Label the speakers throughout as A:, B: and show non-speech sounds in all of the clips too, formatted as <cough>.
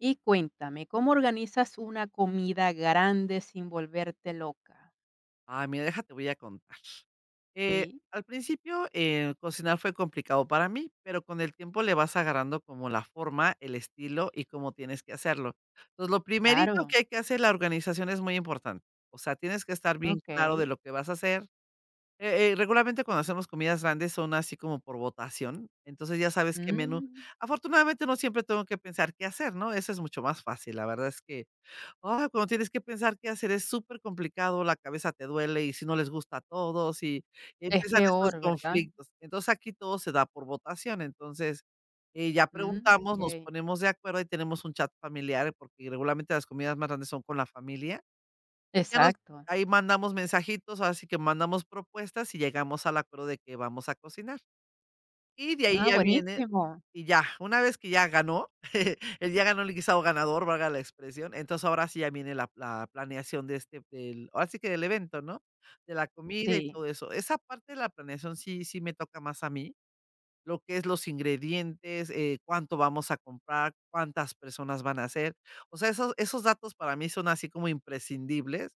A: Y cuéntame, ¿cómo organizas una comida grande sin volverte loca?
B: Ah, mira, déjate, voy a contar.
A: Sí,
B: Al principio, cocinar fue complicado para mí, pero con el tiempo le vas agarrando como la forma, el estilo y cómo tienes que hacerlo. Entonces, lo primerito
A: claro,
B: que hay que hacer, la organización es muy importante. O sea, tienes que estar bien claro
A: okey.
B: de lo que vas a hacer. Regularmente cuando hacemos comidas grandes son así como por votación, entonces ya sabes qué menú.
A: Mm,
B: Afortunadamente no siempre tengo que pensar qué hacer, ¿no? Eso es mucho más fácil. La verdad es que, ah, cuando tienes que pensar qué hacer es súper complicado, la cabeza te duele, y si no les gusta a todos, y
A: es
B: empiezan estos
A: peor, ¿verdad?
B: conflictos. Entonces, aquí todo se da por votación. Entonces, ya
A: Mm,
B: preguntamos, nos
A: okey,
B: ponemos de acuerdo y tenemos un chat familiar, porque regularmente las comidas más grandes son con la familia. Ya nos,
A: exacto.
B: ahí mandamos mensajitos, así que mandamos propuestas y llegamos al acuerdo de que vamos a cocinar. Y de ahí
A: Ah,
B: ya viene,
A: buenísimo.
B: y ya, una vez que ya ganó, <laughs> él ya ganó el guisado ganador, valga la expresión, entonces ahora sí ya viene la planeación de este del, ahora sí que del evento, ¿no? De la comida y
A: Sí,
B: todo eso. Esa parte de la planeación sí me toca más a mí, lo que es los ingredientes, cuánto vamos a comprar, cuántas personas van a ser. O sea, esos datos para mí son así como imprescindibles.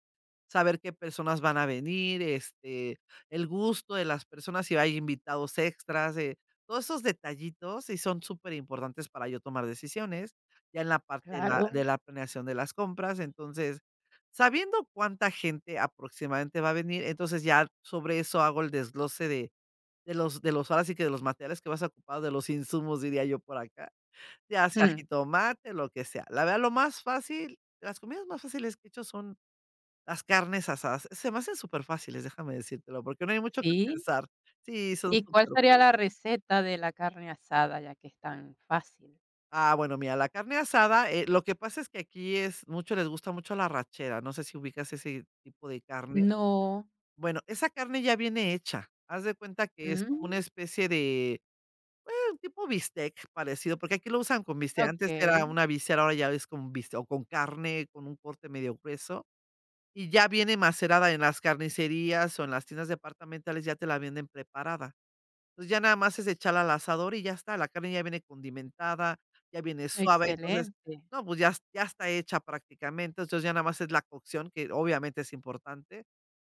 B: Saber qué personas van a venir, este, el gusto de las personas, si hay invitados extras, todos esos detallitos y son súper importantes para yo tomar decisiones, ya en la parte
A: claro.
B: de la planeación de las compras. Entonces, sabiendo cuánta gente aproximadamente va a venir, entonces ya sobre eso hago el desglose de los ahora sí que de los materiales que vas a ocupar, de los insumos, diría yo por acá, ya sea
A: Mm,
B: jitomate, lo que sea. La verdad, lo más fácil, las comidas más fáciles que he hecho son las carnes asadas. Se me hacen superfáciles, déjame decírtelo, porque no hay mucho que
A: sí.
B: pensar. Sí, son
A: ¿Y cuál
B: súper.
A: sería la receta de la carne asada, ya que es tan fácil?
B: Ah, bueno, mira, la carne asada, lo que pasa es que aquí es mucho, les gusta mucho la arrachera, no sé si ubicas ese tipo de carne.
A: No.
B: Bueno, esa carne ya viene hecha. Haz de cuenta que es como una
A: Mm,
B: especie de un tipo bistec parecido, porque aquí lo usan con bistec. Antes era
A: okey,
B: una víscera, ahora ya es con bistec o con carne, con un corte medio grueso, y ya viene macerada en las carnicerías o en las tiendas departamentales, ya te la venden preparada. Entonces, ya nada más es echarla al asador y ya está, la carne ya viene condimentada, ya viene suave, entonces
A: excelente.
B: no, pues ya es- ya está hecha prácticamente, entonces ya nada más es la cocción, que obviamente es importante.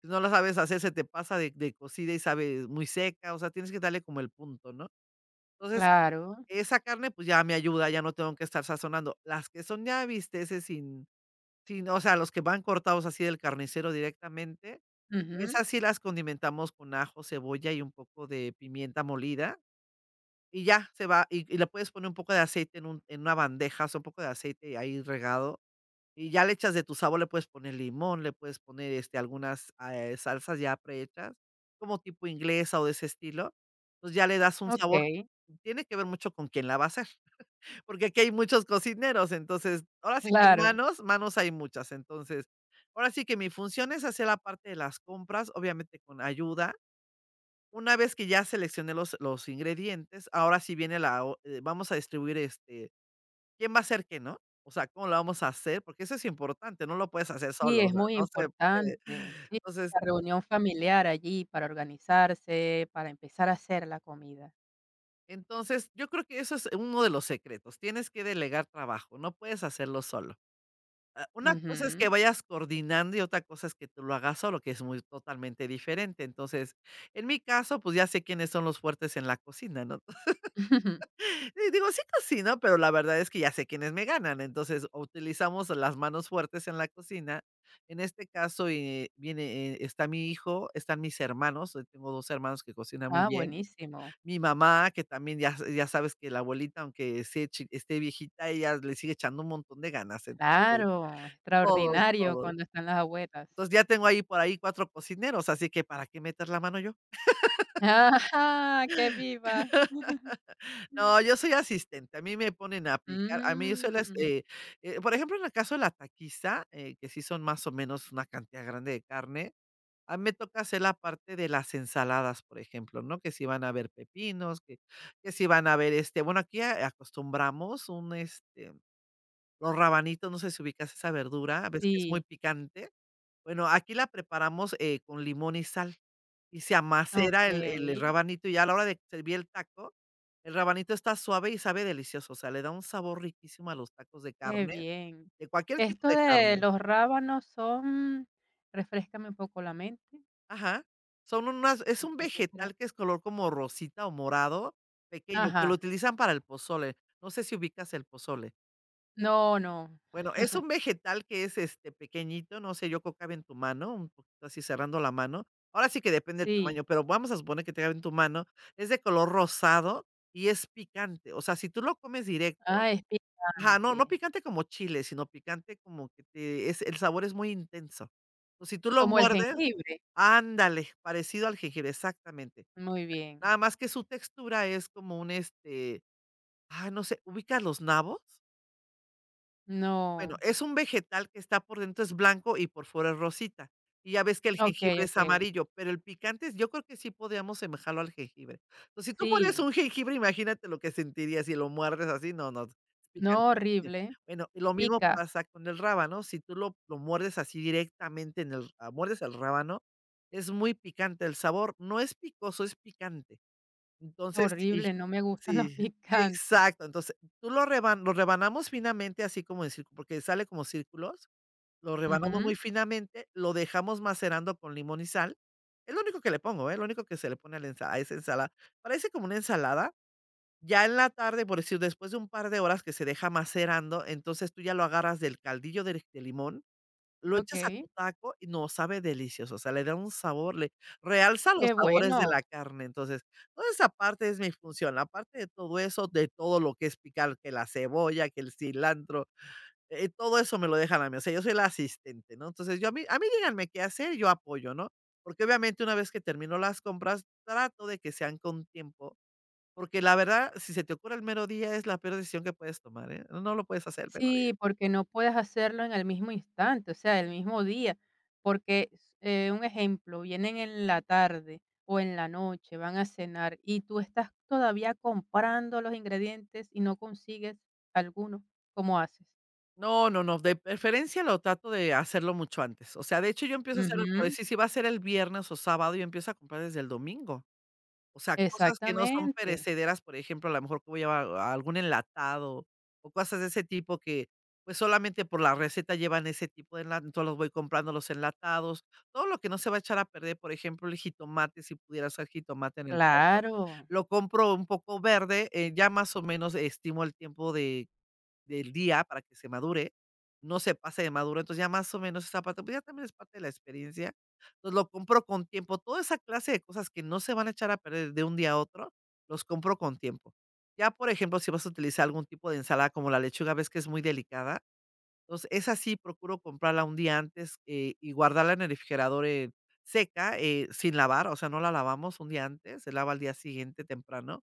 B: Si no la sabes hacer, se te pasa de cocida y sabe muy seca, o sea, tienes que darle como el punto, ¿no? Entonces
A: Claro.
B: esa carne, pues, ya me ayuda, ya no tengo que estar sazonando. Las que son ya bisteces sin, o sea, los que van cortados así del carnicero directamente,
A: Ujú,
B: esas sí las condimentamos con ajo, cebolla y un poco de pimienta molida, y ya se va, y le puedes poner un poco de aceite en un en una bandeja, o sea, un poco de aceite ahí regado, y ya le echas de tu sabor, le puedes poner limón, le puedes poner, este, algunas, salsas ya prehechas, como tipo inglesa o de ese estilo. Pues, ya le das un sabor.
A: okey,
B: Tiene que ver mucho con quién la va a hacer. Porque aquí hay muchos cocineros, entonces, ahora sí que
A: claro.
B: manos hay muchas. Entonces, ahora sí que mi función es hacer la parte de las compras, obviamente con ayuda. Una vez que ya seleccioné los ingredientes, ahora sí viene la o vamos a distribuir, este, quién va a hacer qué, ¿no? O sea, cómo lo vamos a hacer, porque eso es importante, no lo puedes hacer
A: Sí,
B: solo, o
A: es
B: sea,
A: muy
B: no se puede.
A: importante. Sí,
B: Entonces
A: la reunión familiar allí para organizarse, para empezar a hacer la comida.
B: entonces, yo creo que eso es uno de los secretos, tienes que delegar trabajo, no puedes hacerlo solo. Ah, una cosa es
A: Ujú.
B: que vayas coordinando y otra cosa es que tú lo hagas solo, que es muy totalmente diferente. Entonces, en mi caso, pues, ya sé quiénes son los fuertes en la cocina, ¿no? <laughs>
A: <laughs>
B: Y digo, sí cocino, pero la verdad es que ya sé quiénes me ganan. Entonces, o utilizamos las manos fuertes en la cocina. En este caso, viene, está mi hijo, están mis hermanos, tengo 2 hermanos que cocinan muy
A: Ah,
B: bien.
A: buenísimo.
B: Mi mamá, que también ya sabes que la abuelita, aunque esté viejita, ella le sigue echando un montón de ganas. Entonces,
A: Claro,
B: todos,
A: extraordinario
B: todos.
A: cuando están las abuelas.
B: Entonces, ya tengo ahí por ahí 4 cocineros, así que, ¿para qué meter la mano yo?
A: <laughs> Ajá, que viva.
B: No, yo soy asistente, a mí me ponen a picar, a mí yo soy las,
A: Mm,
B: por ejemplo, en el caso de la taquiza, que sí son más o menos una cantidad grande de carne, a mí me toca hacer la parte de las ensaladas, por ejemplo, ¿no? Que si van a haber pepinos, que si van a haber, este, bueno, aquí a acostumbramos un, este, los rabanitos, no sé si ubicas esa verdura, ves que es muy
A: sí,
B: picante. Bueno, aquí la preparamos, con limón y sal, y se amacera el
A: okey,
B: rabanito, y a la hora de servir el taco, el rabanito está suave y sabe delicioso, o sea, le da un sabor riquísimo a los tacos de
A: qué
B: carne,
A: bien.
B: de cualquier tipo
A: Esto
B: de
A: de
B: carne.
A: los rábanos son refréscame un poco la mente,
B: Ajá. Son unas, es un
A: ¿de qué será?
B: vegetal que es color como rosita o morado, pequeño, que lo
A: Ajá,
B: utilizan para el pozole. No sé si ubicas el pozole.
A: no, no,
B: Bueno, es un vegetal que es, este, pequeñito, no sé, yo creo que cabe en tu mano, un poquito así cerrando la mano. Ahora sí que depende del
A: sí.
B: tamaño, pero vamos a suponer que te cabe en tu mano. Es de color rosado y es picante. O sea, si tú lo comes directo,
A: Ah, es
B: ajá, no, no
A: picante,
B: picante como chile, sino picante como que te, es, el sabor es muy intenso. O si tú lo
A: como el
B: muerdes,
A: jengibre.
B: ándale, parecido al jengibre, exactamente.
A: Muy bien.
B: Nada más que su textura es como un, este, ah, no sé, ¿ubicas los nabos? Bueno,
A: No,
B: es un vegetal que está, por dentro es blanco y por fuera es rosita. Y ya ves que el
A: okey,
B: jengibre es
A: okey.
B: amarillo, pero el picante, es, yo creo que sí podríamos semejarlo al jengibre. Entonces, si tú muerdes
A: Sí,
B: un jengibre, imagínate lo que sentirías si lo muerdes así, no, no, es
A: no,
B: picantísimo.
A: horrible,
B: Bueno, y lo mismo
A: pica,
B: pasa con el rábano, si tú lo muerdes así directamente en el, ah, muerdes el rábano, es muy picante el sabor, no es picoso, es picante. Entonces, sí,
A: horrible, no me gustan los <laughs>
B: sí,
A: picantes.
B: exacto. Entonces, tú lo rebanamos finamente, así como en círculo, porque sale como círculos, lo rebanamos muy
A: Ujú,
B: finamente, lo dejamos macerando con limón y sal. Es lo único que le pongo, ¿eh? Lo único que se le pone a la ensa a esa ensalada. Parece como una ensalada. Ya en la tarde, por decir, después de un par de horas que se deja macerando, entonces tú ya lo agarras del caldillo de limón, lo echas a
A: okey,
B: tu taco y no, sabe delicioso, o sea, le da un sabor, le realza los
A: qué
B: sabores de
A: bueno.
B: la carne. Entonces, toda esa parte es mi función, aparte de todo eso, de todo lo que es picar, que la cebolla, que el cilantro, todo eso me lo dejan a mí, o sea, yo soy la asistente, ¿no? Entonces, yo a mí díganme qué hacer, yo apoyo, ¿no? Porque obviamente una vez que termino las compras, trato de que sean con tiempo, porque la verdad, si se te ocurre el mero día, es la peor decisión que puedes tomar, ¿eh? No lo puedes hacer, pero
A: Sí, porque no puedes hacerlo en el mismo instante, o sea, el mismo día, porque, s un ejemplo, vienen en la tarde o en la noche, van a cenar y tú estás todavía comprando los ingredientes y no consigues alguno, ¿cómo haces?
B: no, no, no, de preferencia lo trato de hacerlo mucho antes. O sea, de hecho, yo empiezo a hacerlo, por
A: Ujú,
B: decir, si va a ser el viernes o sábado, yo empiezo a comprar desde el domingo. O sea, cosas que no son
A: exactamente,
B: perecederas, por ejemplo, a lo mejor que voy a llevar a algún enlatado o cosas de ese tipo que, pues, solamente por la receta llevan ese tipo de enlatados, entonces los voy comprando los enlatados. Todo lo que no se va a echar a perder, por ejemplo, el jitomate, si pudiera ser jitomate en el caso,
A: claro,
B: lo compro un poco verde, ya más o menos estimo el tiempo de del día para que se madure, no se pase de maduro. Entonces ya más o menos esa parte, pues ya también es parte de la experiencia. Entonces lo compro con tiempo, toda esa clase de cosas que no se van a echar a perder de un día a otro, los compro con tiempo. Ya, por ejemplo, si vas a utilizar algún tipo de ensalada como la lechuga, ves que es muy delicada, entonces esa sí procuro comprarla un día antes y guardarla en el refrigerador, seca, sin lavar, o sea, no la lavamos un día antes, se lava al día siguiente temprano.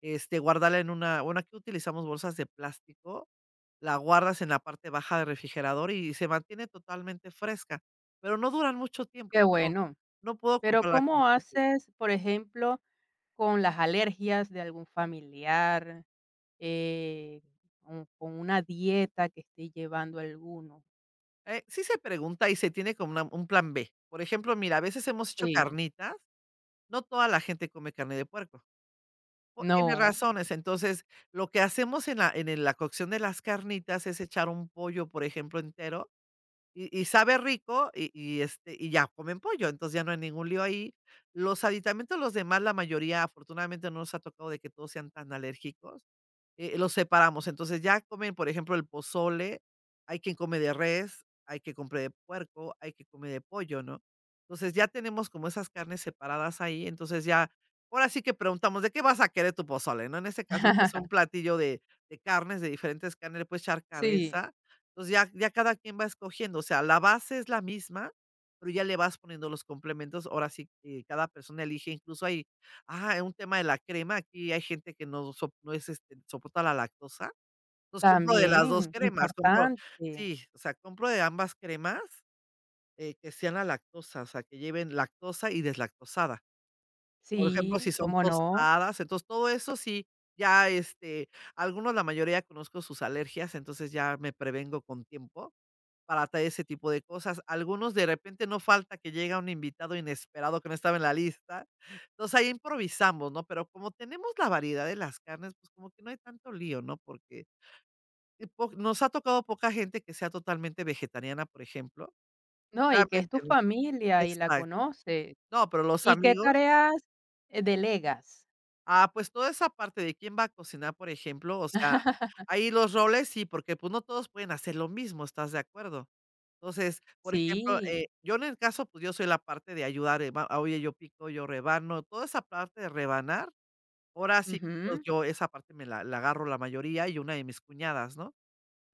B: Este, guardarla en una, bueno, aquí utilizamos bolsas de plástico, la guardas en la parte baja del refrigerador y se mantiene totalmente fresca, pero no duran mucho tiempo,
A: qué
B: no,
A: bueno.
B: no puedo
A: Pero,
B: comprarla con
A: ¿cómo
B: mucho tiempo.
A: haces, por ejemplo, con las alergias de algún familiar, eh, con una dieta que esté llevando alguno?
B: Sí se pregunta y se tiene como una un plan B. Por ejemplo, mira, a veces hemos hecho
A: Sí,
B: carnitas, no toda la gente come carne de puerco, por N
A: no.
B: razones. Entonces, lo que hacemos en la en el la cocción de las carnitas es echar un pollo, por ejemplo, entero. Y sabe rico, y ya comen pollo, entonces ya no hay ningún lío ahí. Los aditamentos, los demás, la mayoría, afortunadamente, no nos ha tocado de que todos sean tan alérgicos, los separamos. Entonces, ya comen, por ejemplo, el pozole, hay quien come de res, hay que compre de puerco, hay que come de pollo, ¿no? Entonces, ya tenemos como esas carnes separadas ahí, entonces ahora sí que preguntamos, ¿de qué vas a querer tu pozole?, ¿no? En este caso, que es un
A: <laughs>
B: platillo de carnes, de diferentes carnes, le puedes echar
A: Sí,
B: cabeza. Entonces, ya cada quien va escogiendo, o sea, la base es la misma, pero ya le vas poniendo los complementos, ahora sí que cada persona elige. Incluso hay... Ah, es un tema de la crema, aquí hay gente que no soporta la lactosa, entonces compro de las 2
A: también,
B: cremas, compro,
A: importante.
B: sí, o sea, compro de ambas cremas, que sean la lactosa, o sea, que lleven lactosa y deslactosada. Por ejemplo, si
A: Sí,
B: son
A: cómo no.
B: tostadas, entonces todo eso sí, ya, este, algunos, la mayoría conozco sus alergias, entonces ya me prevengo con tiempo, para traer ese tipo de cosas. Algunos, de repente, no falta que llega un invitado inesperado que no estaba en la lista. Entonces, ahí improvisamos, ¿no? Pero como tenemos la variedad de las carnes, pues, como que no hay tanto lío, ¿no? Porque y po nos ha tocado poca gente que sea totalmente vegetariana, por ejemplo.
A: No, y que es tu
B: Realmente, ¿no?
A: familia y la
B: Exacto.
A: conoces.
B: No, pero los
A: ¿Y qué
B: amigos...
A: tareas, delegas?
B: Ah, pues toda esa parte de quién va a cocinar, por ejemplo, o sea, ahí los roles sí, porque, pues, no todos pueden hacer lo mismo, ¿estás de acuerdo? Entonces, por ejemplo,
A: Sí,
B: yo en el caso, pues, yo soy la parte de ayudar, va, oye, yo pico, yo rebano, toda esa parte de rebanar, ahora sí, yo
A: ujú.
B: yo esa parte me la agarro la mayoría, y una de mis cuñadas, ¿no?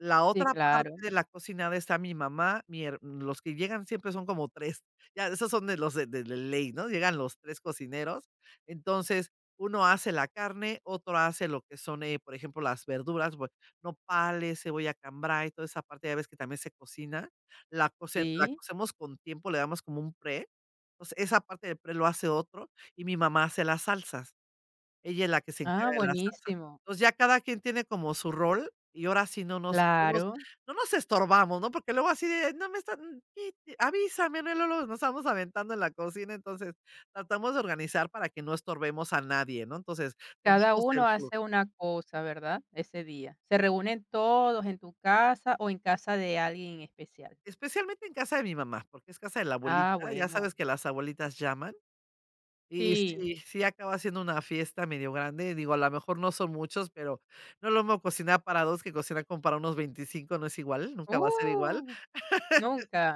B: La
A: Sí,
B: otra parte
A: claro,
B: de la cocinada está mi mamá, mi her los que llegan siempre son como 3. Ya esos son de los de ley, ¿no? Llegan los 3 cocineros. Entonces, uno hace la carne, otro hace lo que son, por ejemplo, las verduras, bue nopales, cebolla cambray, toda esa parte, ya ves que también se cocina, la coce la
A: sí.
B: cocemos con tiempo, le damos como un pre. Entonces, esa parte del pre lo hace otro, y mi mamá hace las salsas. Ella es la que se
A: Ah,
B: encarga de la salsa.
A: buenísimo.
B: Entonces, ya cada quien tiene como su rol, y ahora sí no nos no nos
A: Claro,
B: no nos estorbamos, ¿no? Porque luego así de: "No me están y avísame", ¿no? Y luego nos estamos aventando en la cocina. Entonces, tratamos de organizar para que no estorbemos a nadie, ¿no? Entonces,
A: cada
B: tengamos
A: uno
B: el flujo.
A: hace una cosa, ¿verdad? Ese día. ¿Se reúnen todos en tu casa o en casa de alguien en especial?
B: Especialmente en casa de mi mamá, porque es casa de la
A: Ah,
B: abuelita, ya
A: bueno.
B: sabes que las abuelitas llaman. Y
A: Sí.
B: sí, sí acaba siendo una fiesta medio grande, digo, a lo mejor no son muchos, pero no es lo mismo cocinar para 2 que cocinar con para unos 25, no es igual, nunca va a ser igual.
A: Uh, nunca.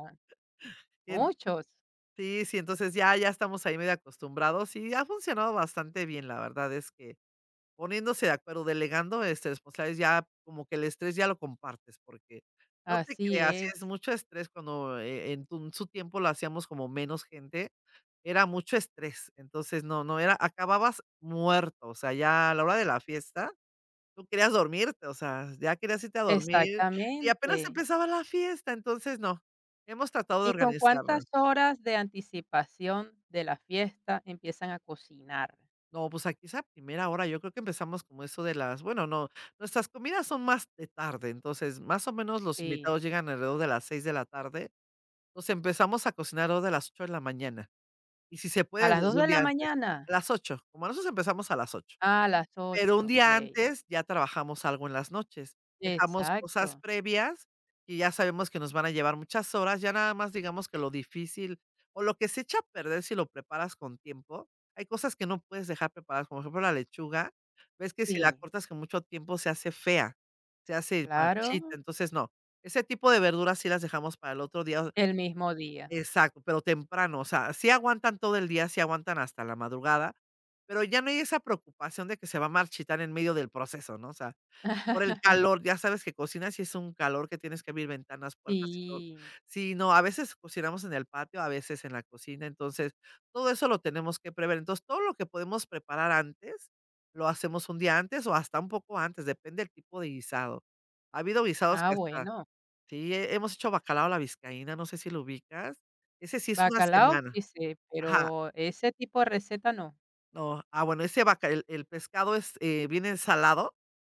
B: En
A: Muchos.
B: sí, sí, entonces ya estamos ahí medio acostumbrados y ha funcionado bastante bien, la verdad es que, poniéndose de acuerdo, delegando, este, responsabilidades, ya como que el estrés ya lo compartes, porque no te
A: Así
B: creas, sí
A: es.
B: es mucho estrés cuando, en tu en su tiempo lo hacíamos como menos gente, era mucho estrés. Entonces, no, no era, acababas muerto, o sea, ya a la hora de la fiesta, tú querías dormirte, o sea, ya querías irte a dormir, y apenas
A: Exactamente.
B: empezaba la fiesta. Entonces, no, hemos tratado de
A: ¿Y con
B: organizarlo.
A: cuántas horas de anticipación de la fiesta empiezan a cocinar?
B: No, pues aquí esa primera hora, yo creo que empezamos como eso de las, bueno, no, nuestras comidas son más de tarde, entonces, más o menos los
A: Sí.
B: invitados llegan alrededor de las 6 de la tarde, entonces empezamos a cocinar alrededor de las 8 de la mañana, y si se
A: ¿A
B: puede
A: las dos
B: desde un
A: de la
B: día antes. A
A: mañana?
B: las 8, como nosotros empezamos a las 8.
A: Ah, a las
B: Pero un
A: 8.
B: día
A: Ok.
B: antes ya trabajamos algo en las noches. Dejamos cosas
A: Exacto,
B: previas y ya sabemos que nos van a llevar muchas horas, ya nada más digamos que lo difícil o lo que se echa a perder si lo preparas con tiempo, hay cosas que no puedes dejar preparadas, como por ejemplo la lechuga, ves que si la
A: sí,
B: cortas con mucho tiempo se hace fea, se hace marchita.
A: claro,
B: Entonces no, ese tipo de verduras sí las dejamos para el otro día.
A: el mismo día.
B: Exacto, pero temprano, o sea, sí aguantan todo el día, sí aguantan hasta la madrugada, pero ya no hay esa preocupación de que se va a marchitar en medio del proceso, ¿no? O sea, por el calor, ya sabes que cocinas y es un calor que tienes que abrir ventanas, puertas y todo.
A: Sí.
B: Sí, no, a veces cocinamos en el patio, a veces en la cocina, entonces todo eso lo tenemos que prever. Entonces, todo lo que podemos preparar antes, lo hacemos un día antes o hasta un poco antes, depende del tipo de guisado. Ha habido guisados
A: Ah,
B: que hasta
A: bueno,
B: Sí, he hemos hecho bacalao a la vizcaína, no sé si lo ubicas. Ese sí es una
A: bacalao sí
B: semana.
A: sé,
B: Ajá.
A: pero ese tipo de receta no.
B: No, ah, bueno, ese baca el pescado es, viene salado,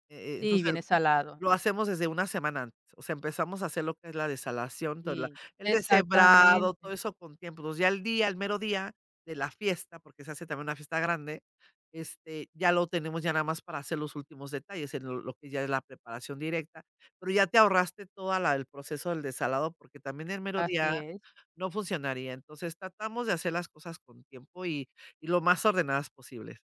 A: Sí,
B: entonces
A: viene salado.
B: lo hacemos desde una semana antes. O sea, empezamos a hacer lo que es la desalación, todo la
A: Sí,
B: el deshebrado,
A: exactamente,
B: todo eso con tiempo. Entonces, ya el día, el mero día de la fiesta, porque se hace también una fiesta grande, este, ya lo tenemos ya nada más para hacer los últimos detalles, en lo que ya es la preparación directa, pero ya te ahorraste toda el proceso del desalado, porque también el mero
A: así
B: día
A: es.
B: no funcionaría. Entonces, tratamos de hacer las cosas con tiempo y lo más ordenadas posibles.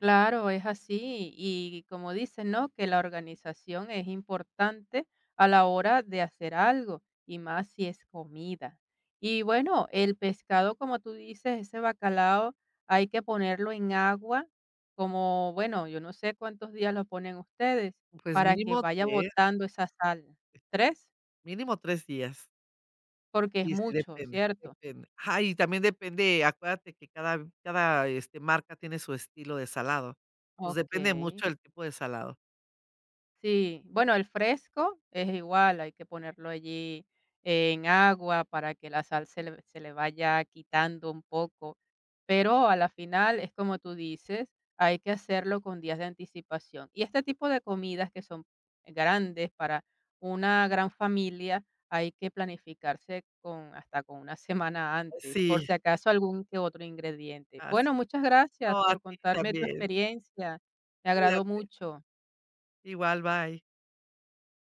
A: Claro, es así. Y como dicen, ¿no? Que la organización es importante a la hora de hacer algo, y más si es comida. Y bueno, el pescado, como tú dices, ese bacalao hay que ponerlo en agua, como, bueno, yo no sé cuántos días lo ponen ustedes,
B: Pues
A: para que
B: mínimo
A: vaya
B: tres
A: botando esa sal. ¿Tres?
B: mínimo 3 días.
A: Porque es
B: Sí, sí,
A: mucho,
B: depende,
A: ¿cierto?
B: depende. Ajá, y también depende, acuérdate que cada, este, marca tiene su estilo de salado. Pues
A: Ok.
B: depende mucho del tipo de salado.
A: Sí, bueno, el fresco es igual, hay que ponerlo allí en agua para que la sal se le vaya quitando un poco, pero a la final es como tú dices, hay que hacerlo con días de anticipación. Y este tipo de comidas que son grandes para una gran familia, hay que planificarse con hasta con una semana antes, por
B: Sí,
A: si acaso algún que otro ingrediente.
B: así
A: Bueno,
B: es.
A: muchas gracias
B: No, a
A: por
B: ti
A: contarme tu
B: también.
A: experiencia, me agradó
B: Cuídate.
A: mucho.
B: Igual, bye.